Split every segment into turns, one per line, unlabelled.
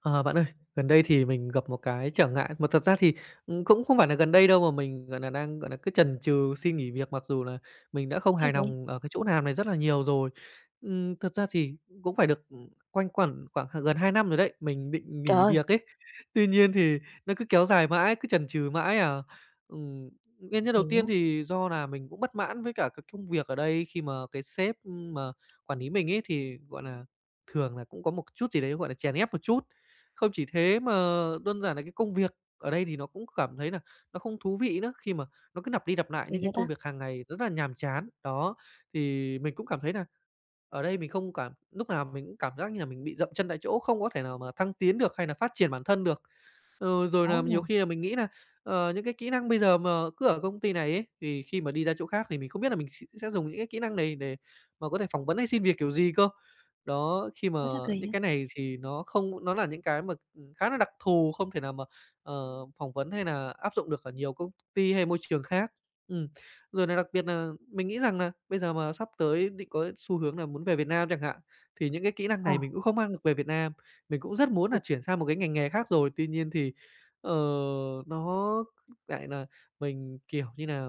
Ờ, Bạn ơi, gần đây thì mình gặp một cái trở ngại, mà thật ra thì, cũng không phải là gần đây đâu mà mình, gọi là, đang, gọi là, cứ chần chừ xin nghỉ việc mặc dù là mình đã không
Sao
hài
vậy?
lòng ở cái chỗ làm này rất là nhiều rồi. Thật ra thì cũng phải được, quanh quẩn khoảng h gần 2 năm rồi đấy, mình định
Trời
nghỉ
ơi!
việc ấy. Tuy nhiên thì nó cứ kéo dài mãi, cứ chần chừ mãi à. Ừm, Nguyên nhân đầu tiên
Hiểu,
thì do là mình cũng bất mãn với cả cái công việc ở đây khi mà cái sếp, mà quản lý mình ấy thì, gọi là, thường là cũng có một chút gì đấy, gọi là, chèn ép một chút. Không chỉ thế mà đơn giản là cái công việc ở đây thì nó cũng cảm thấy là nó không thú vị nữa, khi mà nó cứ lặp đi lặp lại
kỳ
những cái
vậy
công
ta?
việc hàng ngày rất là nhàm chán. Đó, thì mình cũng cảm thấy là ở đây mình không cảm lúc nào mình cũng cảm giác như là mình bị dậm chân tại chỗ, không có thể nào mà thăng tiến được hay là phát triển bản thân được. Ừ, rồi
Khó
là
nha.
nhiều khi là mình nghĩ là những cái kỹ năng bây giờ mà cứ ở công ty này ấy, thì khi mà đi ra chỗ khác thì mình không biết là mình sẽ dùng những cái kỹ năng này để mà có thể phỏng vấn hay xin việc kiểu gì cơ. Đó, khi mà
Ủa, sao kỳ
những
vậy?
cái này thì nó không, nó là những cái mà, khá là đặc thù, không thể nào mà, ờ, phỏng vấn hay là áp dụng được ở nhiều công ty hay môi trường khác. Ừm, Rồi là đặc biệt là mình nghĩ rằng là bây giờ mà sắp tới định có xu hướng là muốn về Việt Nam chẳng hạn, thì những cái kỹ năng
Ờ,
này mình cũng không mang được về Việt Nam. Mình cũng rất muốn là
ôi,
chuyển sang một cái ngành nghề khác rồi, tuy nhiên thì, ờ, nó lại là mình, kiểu như là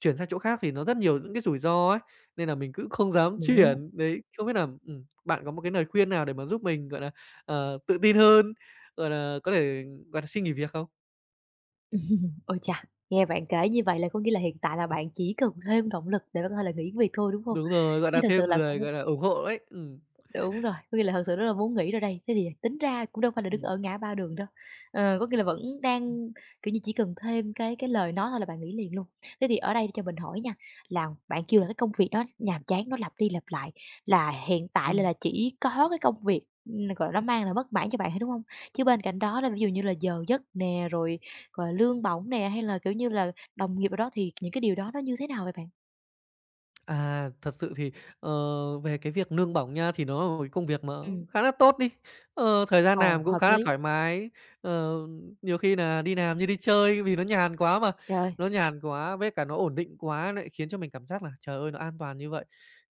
chuyển sang chỗ khác thì nó rất nhiều những cái rủi ro ấy, nên là mình cứ không dám
hiểu.
chuyển. Đấy, không biết là, bạn có một cái lời khuyên nào để mà giúp mình, gọi là, tự tin hơn, gọi là, có thể, gọi là, xin nghỉ việc không?
Ừm, ôi chà, nghe bạn kể như vậy là có nghĩa là hiện tại là bạn chỉ cần thêm động lực để bạn có thể là nghỉ việc thôi, đúng không?
Đúng rồi, gọi
Chứ
là,
thật sự
thêm
là
người,
cũng...
gọi là, ủng hộ ấy.
Đúng rồi, có nghĩa là thật sự rất là muốn nghỉ rồi đây. Thế thì tính ra cũng đâu phải là đứng
Ừm,
ở ngã ba đường đâu. Ờ, có nghĩa là vẫn đang, kiểu như, chỉ cần thêm cái lời nói thôi là bạn nghỉ liền luôn. Thế thì ở đây cho mình hỏi nha, là bạn kêu là cái công việc đó nhàm chán, nó lặp đi lặp lại, là hiện tại là
ừm.
chỉ có cái công việc, gọi là, nó mang là bất mãn cho bạn thôi, đúng không? Chứ bên cạnh đó là ví dụ như là giờ giấc nè, rồi, gọi là, lương bổng nè, hay là, kiểu như là, đồng nghiệp đồ đó thì những cái điều đó nó như thế nào vậy bạn?
À, thật sự thì, ờ, về cái việc lương bổng nha, thì nó là một cái công việc mà
Ừm,
khá là tốt đi. Thời gian
ồ,
làm cũng
hợp
khá là
lý.
thoải mái, ờ, nhiều khi là đi làm như đi chơi vì nó nhàn quá mà,
Trời ơi!
nó nhàn quá với cả nó ổn định quá lại khiến cho mình cảm giác là, trời ơi, nó an toàn như vậy,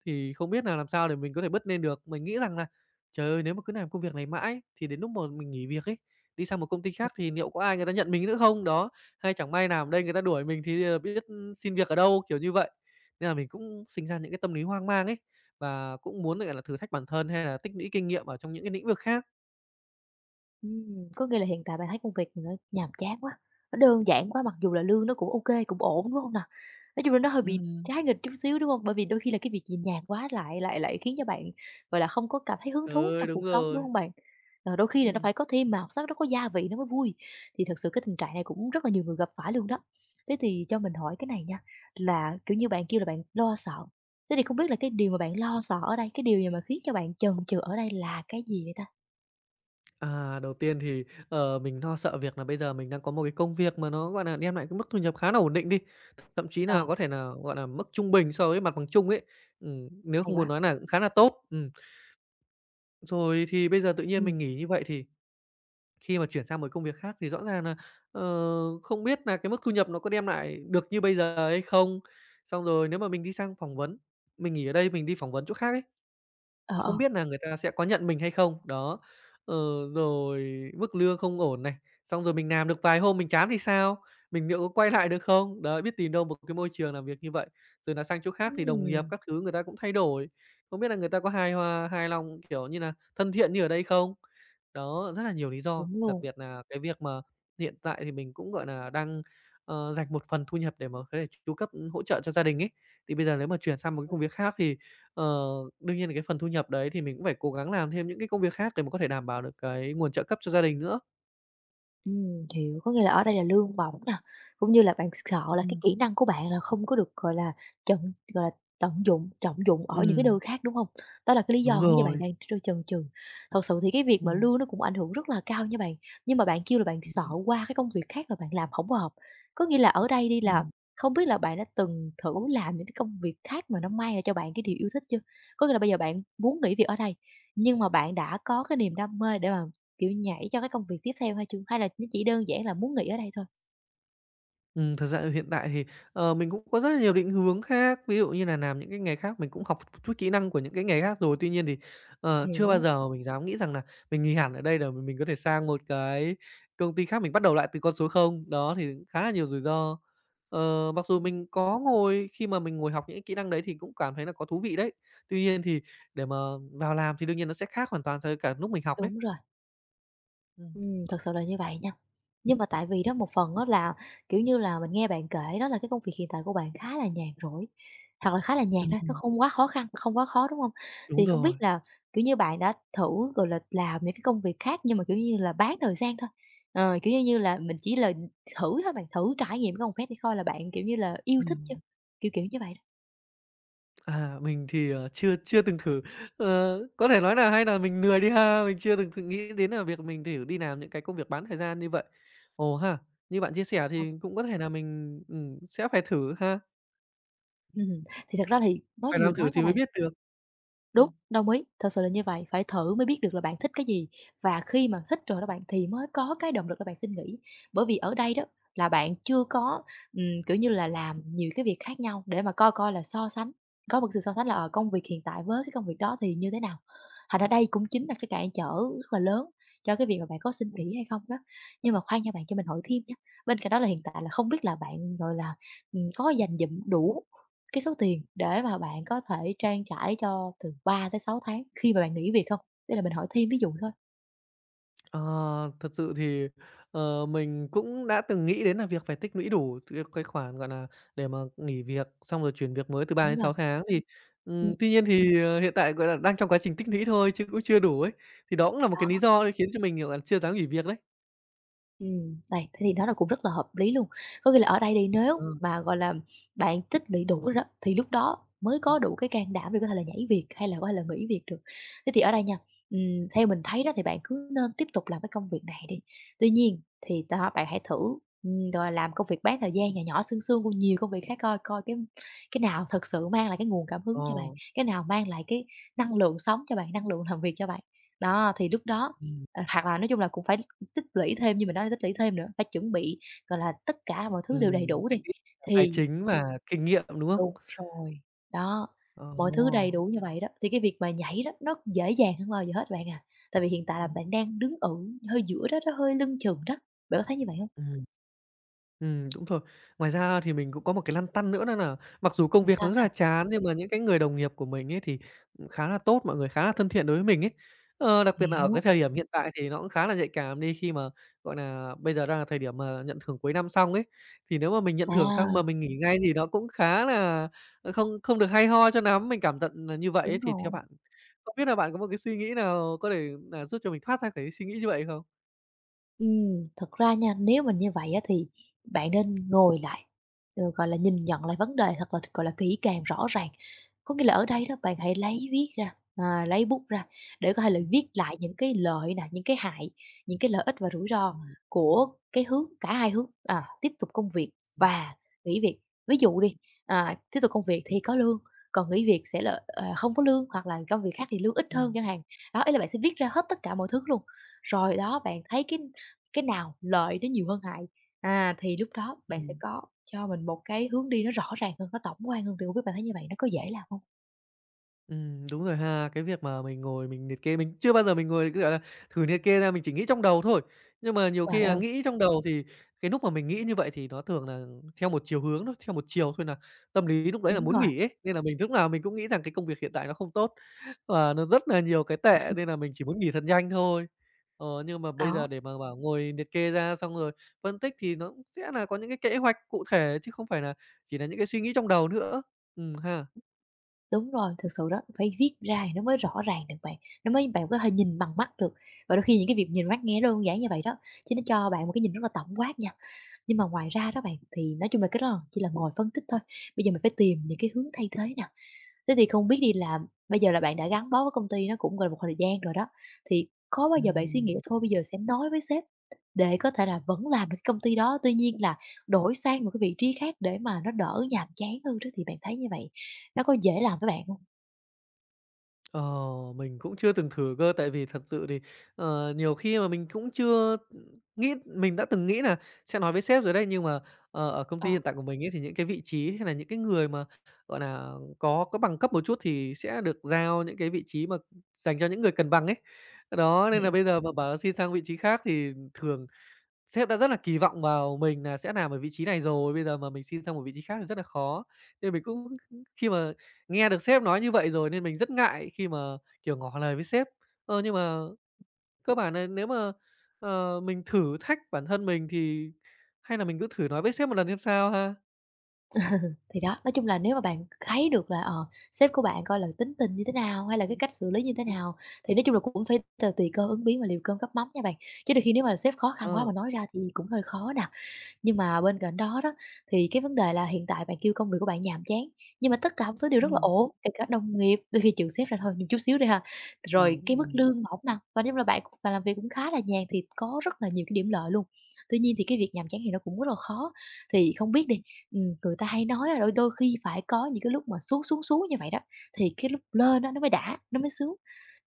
thì không biết là làm sao để mình có thể bứt lên được. Mình nghĩ rằng là, trời ơi, nếu mà cứ làm công việc này mãi thì đến lúc mà mình nghỉ việc ấy, đi sang một công ty khác thì liệu có ai người ta nhận mình nữa không? Đó, hay chẳng may làm ở đây người ta đuổi mình thì, biết xin việc ở đâu, kiểu như vậy. Nên là mình cũng sinh ra những cái tâm lý hoang mang ấy, và cũng muốn, gọi là, thử thách bản thân hay là tích lũy kinh nghiệm ở trong những cái lĩnh vực khác.
Có nghĩa là hiện tại bạn thấy công việc nó nhàm chán quá, nó đơn giản quá, mặc dù là lương nó cũng ok cũng ổn, đúng không nào? Nói chung là nó hơi bị
Ừm.
trái nghịch chút xíu, đúng không? Bởi vì đôi khi là cái việc nhẹ nhàng quá lại lại lại khiến cho bạn, gọi là, không có cảm thấy hứng thú
Ừ,
trong cuộc
đúng
sống, đúng
rồi.
không bạn? Ờ, đôi khi là nó
Ừm.
phải có thêm màu sắc, nó có gia vị nó mới vui, thì thật sự cái tình trạng này cũng rất là nhiều người gặp phải luôn đó. Thế thì cho mình hỏi cái này nha, là, kiểu như, bạn kêu là bạn lo sợ, thế thì không biết là cái điều mà bạn lo sợ ở đây, cái điều gì mà khiến cho bạn chần chừ ở đây là cái gì vậy ta?
À, đầu tiên thì, mình lo sợ việc là bây giờ mình đang có một cái công việc mà nó, gọi là, đem lại cái mức thu nhập khá là ổn định đi, thậm chí
Ờ,
là có thể là gọi là, mức trung bình so với mặt bằng chung ấy, nếu
hay
không muốn
quá.
nói là cũng khá là tốt. Rồi thì bây giờ tự nhiên mình nghỉ như vậy thì khi mà chuyển sang một công việc khác thì rõ ràng là ờ, không biết là cái mức thu nhập nó có đem lại được như bây giờ hay không? Xong rồi nếu mà mình đi sang phỏng vấn, mình nghỉ ở đây mình đi phỏng vấn chỗ khác ấy,
Ờ, ờ.
không biết là người ta sẽ có nhận mình hay không, đó. Ờ, Rồi mức lương không ổn này, xong rồi mình làm được vài hôm mình chán thì sao? Mình liệu có quay lại được không? Đấy, biết tìm đâu một cái môi trường làm việc như vậy. Rồi là sang chỗ khác thì đồng
Ừm,
nghiệp các thứ người ta cũng thay đổi, không biết là người ta có hài hòa hài lòng, kiểu như là thân thiện như ở đây không? Đó, rất là nhiều lý do,
đúng
đặc
luôn.
biệt là cái việc mà hiện tại thì mình cũng, gọi là đang, dành một phần thu nhập để mà có thể chu cấp, hỗ trợ cho gia đình ấy. Thì bây giờ nếu mà chuyển sang một cái công việc khác thì Ờ, đương nhiên là cái phần thu nhập đấy thì mình cũng phải cố gắng làm thêm những cái công việc khác để mà có thể đảm bảo được cái nguồn trợ cấp cho gia đình nữa.
Hiểu, có nghĩa là ở đây là lương bổng nè, cũng như là bạn sợ là cái
Ừm.
kỹ năng của bạn là không có được, gọi là, chận gọi là, tận dụng, trọng dụng ở những cái nơi
Ừm,
khác, đúng hông? Đó là cái lý do
đúng
Khiến cho bạn
rồi.
đang chần chừ. Thật sự thì cái việc mà
Ừm.
lương nó cũng ảnh hưởng rất là cao nha bạn, nhưng mà bạn kêu là bạn sợ qua cái công việc khác là bạn làm hổng hợp. Có nghĩa là ở đây đi là
Ừm.
không biết là bạn đã từng thử làm những cái công việc khác mà nó mang lại cho bạn cái điều yêu thích chưa? Có nghĩa là bây giờ bạn muốn nghỉ việc ở đây, nhưng mà bạn đã có cái niềm đam mê để mà... Kiểu, nhảy cho cái công việc tiếp theo hay chưa? Hay là nó chỉ đơn giản là muốn nghỉ ở đây thôi?
Thật ra ở hiện tại thì, mình cũng có rất là nhiều định hướng khác, ví dụ như là làm những cái nghề khác, mình cũng học một chút kỹ năng của những cái nghề khác rồi. Tuy nhiên thì, chưa bao
Hiểu.
giờ mình dám nghĩ rằng là mình nghỉ hẳn ở đây để mình có thể sang một cái công ty khác, mình bắt đầu lại từ con số không đó, thì khá là nhiều rủi ro. Mặc dù mình có ngồi khi mà mình ngồi học những cái kỹ năng đấy thì cũng cảm thấy là có thú vị đấy, tuy nhiên thì để mà vào làm thì đương nhiên nó sẽ khác hoàn toàn so với cả lúc mình học đấy.
Đúng rồi,
Ừm.
thực sự là như vậy nha. Nhưng mà tại vì đó, một phần đó là, kiểu như là, mình nghe bạn kể đó là cái công việc hiện tại của bạn khá là nhàn rỗi, hoặc là khá là nhàn thôi, nó
Ừm,
không quá khó khăn, không quá khó, đúng không?
đúng
Thì không biết
rồi,
là, kiểu như, bạn đã thử, gọi là, làm những cái công việc khác nhưng mà, kiểu như là, bán thời gian thôi, ờ, kiểu như như là, mình chỉ là thử thôi bạn, thử trải nghiệm cái công việc để coi là bạn, kiểu như là, yêu thích chứ?
ừm.
Kiểu, kiểu như vậy đó.
À, mình thì, chưa chưa từng thử. Có thể nói là hay là mình lười đi ha, mình chưa từng thử nghĩ đến là việc mình thử đi làm những cái công việc bán thời gian như vậy. Ồ ha, như bạn chia sẻ
Ờ,
thì cũng có thể là mình, sẽ phải thử ha,
thì thật ra thì nói
phải
gì thì
làm thử
nói nha
thì mới
bạn.
biết được.
Đúng,
Ừm.
đồng ý, thật sự là như vậy, phải thử mới biết được là bạn thích cái gì, và khi mà thích rồi đó bạn thì mới có cái động lực để bạn xin nghỉ. Bởi vì ở đây đó là bạn chưa có, kiểu như là, làm nhiều cái việc khác nhau để mà coi coi là so sánh, có một sự so sánh là, ở công việc hiện tại với cái công việc đó thì như thế nào. Thành ra đây cũng chính là cái cản trở rất là lớn cho cái việc mà bạn có xin nghỉ hay không đó. Nhưng mà khoan nha bạn, cho mình hỏi thêm nhé, bên cạnh đó là hiện tại là không biết là bạn, gọi là, có dành dụm đủ cái số tiền để mà bạn có thể trang trải cho từ 3 tới 6 tháng khi mà bạn nghỉ việc không? Đây là mình hỏi thêm ví dụ thôi.
Ờ, Thật sự thì, mình cũng đã từng nghĩ đến là việc phải tích lũy đủ cái khoản, gọi là, để mà nghỉ việc, xong rồi chuyển việc mới từ ba
Đúng
đến
rồi.
sáu tháng thì,
Ừm.
tuy nhiên thì, hiện tại, gọi là, đang trong quá trình tích lũy thôi chứ cũng chưa đủ ấy. Thì đó cũng là một cái lý do để khiến cho mình, kiểu là, chưa dám nghỉ việc đấy.
Đây, thế thì đó là cũng rất là hợp lý luôn. Có nghĩa là ở đây đi, nếu
Ờ,
mà, gọi là, bạn tích lũy đủ rồi đó, thì lúc đó mới
ừm,
có đủ cái can đảm để có thể là nhảy việc hay là có thể là nghỉ việc được. Thế thì ở đây nha, ừm, theo mình thấy đó thì bạn cứ nên tiếp tục làm cái công việc này đi. Tuy nhiên thì đó, bạn hãy thử, gọi làm công việc bán thời gian nhỏ nhỏ, sương sương của nhiều công việc khác coi, coi cái nào thật sự mang lại cái nguồn cảm hứng
ờ,
cho bạn, cái nào mang lại cái năng lượng sống cho bạn, năng lượng làm việc cho bạn. Đó, thì lúc đó...
ừm,
Ờ, hoặc là nói chung là cũng phải tích lũy thêm, như mình nói tích lũy thêm nữa, phải chuẩn bị, gọi là, tất cả mọi thứ đều đầy đủ
tích
đi,
lũy tài
thì
chính và kinh nghiệm, đúng
đúng
không?
rồi, đó,
Ờ,
mọi thứ đầy đủ như vậy đó, thì cái việc mà nhảy đó nó dễ dàng hơn bao giờ hết bạn à. Tại vì hiện tại là bạn
ừm,
đang đứng ở hơi giữa đó đó, hơi lưng chừng đó, bạn có thấy như vậy không?
ừm. Đúng rồi. Ngoài ra thì mình cũng có một cái lăn tăn nữa đó nà mặc dù công việc
Sao,
nó rất
sao?
là chán nhưng mà những cái người đồng nghiệp của mình ấy thì, khá là tốt, mọi người khá là thân thiện đối với mình ấy. Đặc biệt nà ở cái
Hiểu,
thời điểm hiện tại thì nó cũng khá là nhạy cảm đi, khi mà, gọi nà, bây giờ đang là thời điểm mà nhận thưởng cuối năm xong ấy, thì nếu mà mình nhận thưởng
à,
xong mà mình nghỉ ngay thì nó cũng khá là, không không được hay ho cho lắm, mình cảm nhận nà như vậy
đúng
ấy. Thì theo
rồi.
bạn, không biết là bạn có một cái suy nghĩ nào có thể nà giúp cho mình thoát ra cái suy nghĩ như vậy không?
Thật ra nha, nếu mình như vậy á thì bạn nên ngồi lại, ờ, gọi là, nhìn nhận lại vấn đề thật là, gọi là, kỹ càng, rõ ràng. Có nghĩa là ở đây đó, bạn hãy lấy viết ra, à, lấy bút ra để có thể là viết lại những cái lợi nè, những cái hại, những cái lợi ích và rủi ro
Ừm,
của cái hướng cả hai hướng, à, tiếp tục công việc
ừm,
và nghỉ việc. Ví dụ đi, à, tiếp tục công việc thì có lương, còn nghỉ việc sẽ là, ờ, không có lương hoặc là công việc khác thì lương ít hơn
ừm,
chẳng hạn. Đó, ý là bạn sẽ viết ra hết tất cả mọi thứ luôn, rồi đó bạn thấy cái nào lợi nó nhiều hơn hại, à, thì lúc đó bạn sẽ
ừm.
có cho mình một cái hướng đi nó rõ ràng hơn, nó tổng quan hơn, thì hông biết bạn thấy như vậy nó có dễ làm không?
Đúng rồi ha. Cái việc mà mình ngồi mình liệt kê, mình chưa bao giờ mình ngồi, cứ gọi là, thử liệt kê ra, mình chỉ nghĩ trong đầu thôi. Nhưng mà nhiều
Trời
khi là
ơi,
nghĩ trong đầu thì cái lúc mà mình nghĩ như vậy thì nó thường là theo một chiều hướng thôi, theo một chiều thôi là tâm lý lúc đấy là
đúng
muốn
rồi,
nghỉ ấy, nên là mình lúc nào mình cũng nghĩ rằng cái công việc hiện tại nó không tốt và nó rất là nhiều cái tệ nên là mình chỉ muốn nghỉ thật nhanh thôi. Nhưng mà bây giờ
đó,
để mà bảo ngồi liệt kê ra xong rồi phân tích thì nó cũng sẽ là có những cái kế hoạch cụ thể chứ không phải là chỉ là những cái suy nghĩ trong đầu nữa. Ha.
đúng rồi, thực sự đó, phải viết ra thì nó mới rõ ràng được bạn, nó mới bạn có thể nhìn bằng mắt được, và đôi khi những cái việc nhìn mắt nghe nó đơn giản như vậy đó, chứ nó cho bạn một cái nhìn rất là tổng quát nha. Nhưng mà ngoài ra đó bạn, thì nói chung là cái đó là chỉ là ngồi phân tích thôi, bây giờ mình phải tìm những cái hướng thay thế nè. Thế thì không biết đi làm bây giờ là bạn đã gắn bó với công ty nó cũng gần một thời gian rồi đó, thì có bao giờ bạn suy nghĩ
Ừm.
thôi bây giờ sẽ nói với sếp để có thể là vẫn làm được cái công ty đó, tuy nhiên là đổi sang một cái vị trí khác để mà nó đỡ nhàm chán hơn đó, thì bạn thấy như vậy nó có dễ làm với bạn không?
Ờ, mình cũng chưa từng thử cơ, tại vì thật sự thì, nhiều khi mà mình cũng chưa nghĩ mình đã từng nghĩ là sẽ nói với sếp rồi đấy, nhưng mà, ở công
Ờ.
ty hiện tại của mình ấy, thì những cái vị trí hay là những cái người mà, gọi là có bằng cấp một chút thì sẽ được giao những cái vị trí mà dành cho những người cần bằng ấy. Đó, nên là bây giờ mà bảo xin sang vị trí khác thì thường sếp đã rất là kỳ vọng vào mình là sẽ làm ở vị trí này rồi, bây giờ mà mình xin sang một vị trí khác thì rất là khó. Nên mình cũng khi mà nghe được sếp nói như vậy rồi nên mình rất ngại khi mà, kiểu, ngỏ lời với sếp. Nhưng mà cơ bản nà nếu mà, mình thử thách bản thân mình thì hay là mình cứ thử nói với sếp một lần xem sao ha?
Thì đó, nói chung là nếu mà bạn thấy được là, ờ, sếp của bạn coi là tính tình như thế nào, hay là cái
Ừm,
cách xử lý như thế
ừm,
nào, thì nói chung là cũng phải tùy cơ ứng biến và liều cơm gắp mắm nha bạn. Chứ đôi khi nếu mà sếp khó khăn quá
ờ,
mà nói ra thì cũng hơi khó nè. Nhưng mà bên cạnh đó đó, thì cái vấn đề là hiện tại bạn kêu công việc của bạn nhàm chán, nhưng mà tất cả mọi thứ đều rất là
ừm,
ổn, kể cả đồng nghiệp, đôi khi trừ sếp ra thôi nhưng chút xíu đi ha. Rồi
ừm,
cái mức
ừm,
lương mỏng nè, và nếu là bạn cũng bạn làm việc cũng khá là nhàn thì có rất là nhiều cái điểm lợi luôn. Tuy nhiên thì cái việc nhàm chán thì nó cũng rất là khó. Thì không biết đi, người ta hay nói là đôi đôi khi phải có những cái lúc mà xuống, xuống, xuống như vậy đó, thì cái lúc lên đó nó mới đã, nó mới sướng.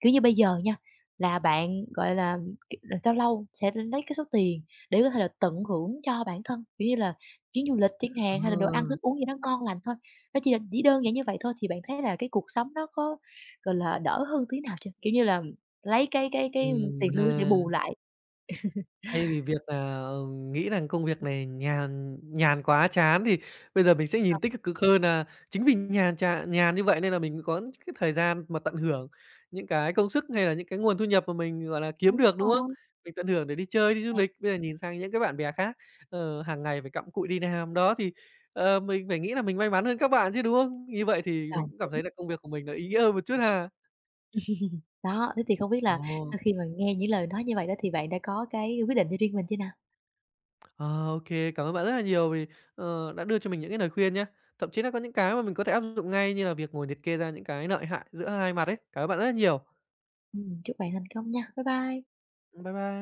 Kiểu như bây giờ nha, là bạn, gọi là, k là lâu lâu sẽ lấy cái số tiền để có thể là tận hưởng cho bản thân, kiểu như là, chuyến du lịch chẳng
ờ,
hạn, hay là đồ ăn thức uống gì đó ngon lành thôi. Nó chỉ là chỉ đơn giản như vậy thôi thì bạn thấy là cái cuộc sống nó có, gọi là, đỡ hơn tí nào chưa? Kiểu như là, lấy cái tiền lương
ha.
để bù lại
Thay vì việc là, nghĩ rằng công việc này nhàn nhàn quá, chán thì bây giờ mình sẽ
ờ,
nhìn tích cực hơn là chính vì nhàn nhàn như vậy nên là mình có cái thời gian mà tận hưởng những cái công sức hay là những cái nguồn thu nhập mà mình, gọi là, kiếm
đúng
được, đúng không?
rồi,
Mình tận hưởng để đi chơi, đi du
à,
lịch, bây giờ nhìn sang những cái bạn bè khác, hàng ngày phải cặm cụi đi làm, đó, thì, mình phải nghĩ là mình may mắn hơn các bạn chứ, đúng không? Như vậy thì mình
đồng
cũng cảm
ý.
thấy là công việc của mình nó ý nghĩa hơn một chút ha.
Đó, thế thì không biết là
Ồ.
sau khi mà nghe những lời nói như vậy đó thì bạn đã có cái quyết định cho riêng mình chưa nào?
Ờ, Ô, cảm ơn bạn rất là nhiều vì, đã đưa cho mình những cái lời khuyên nhé. Thậm chí là có những cái mà mình có thể áp dụng ngay như là việc ngồi liệt kê ra những cái lợi hại giữa hai mặt ấy. Cảm ơn bạn rất là nhiều.
Chúc bạn thành công nha. Bye bye.
Bye bye.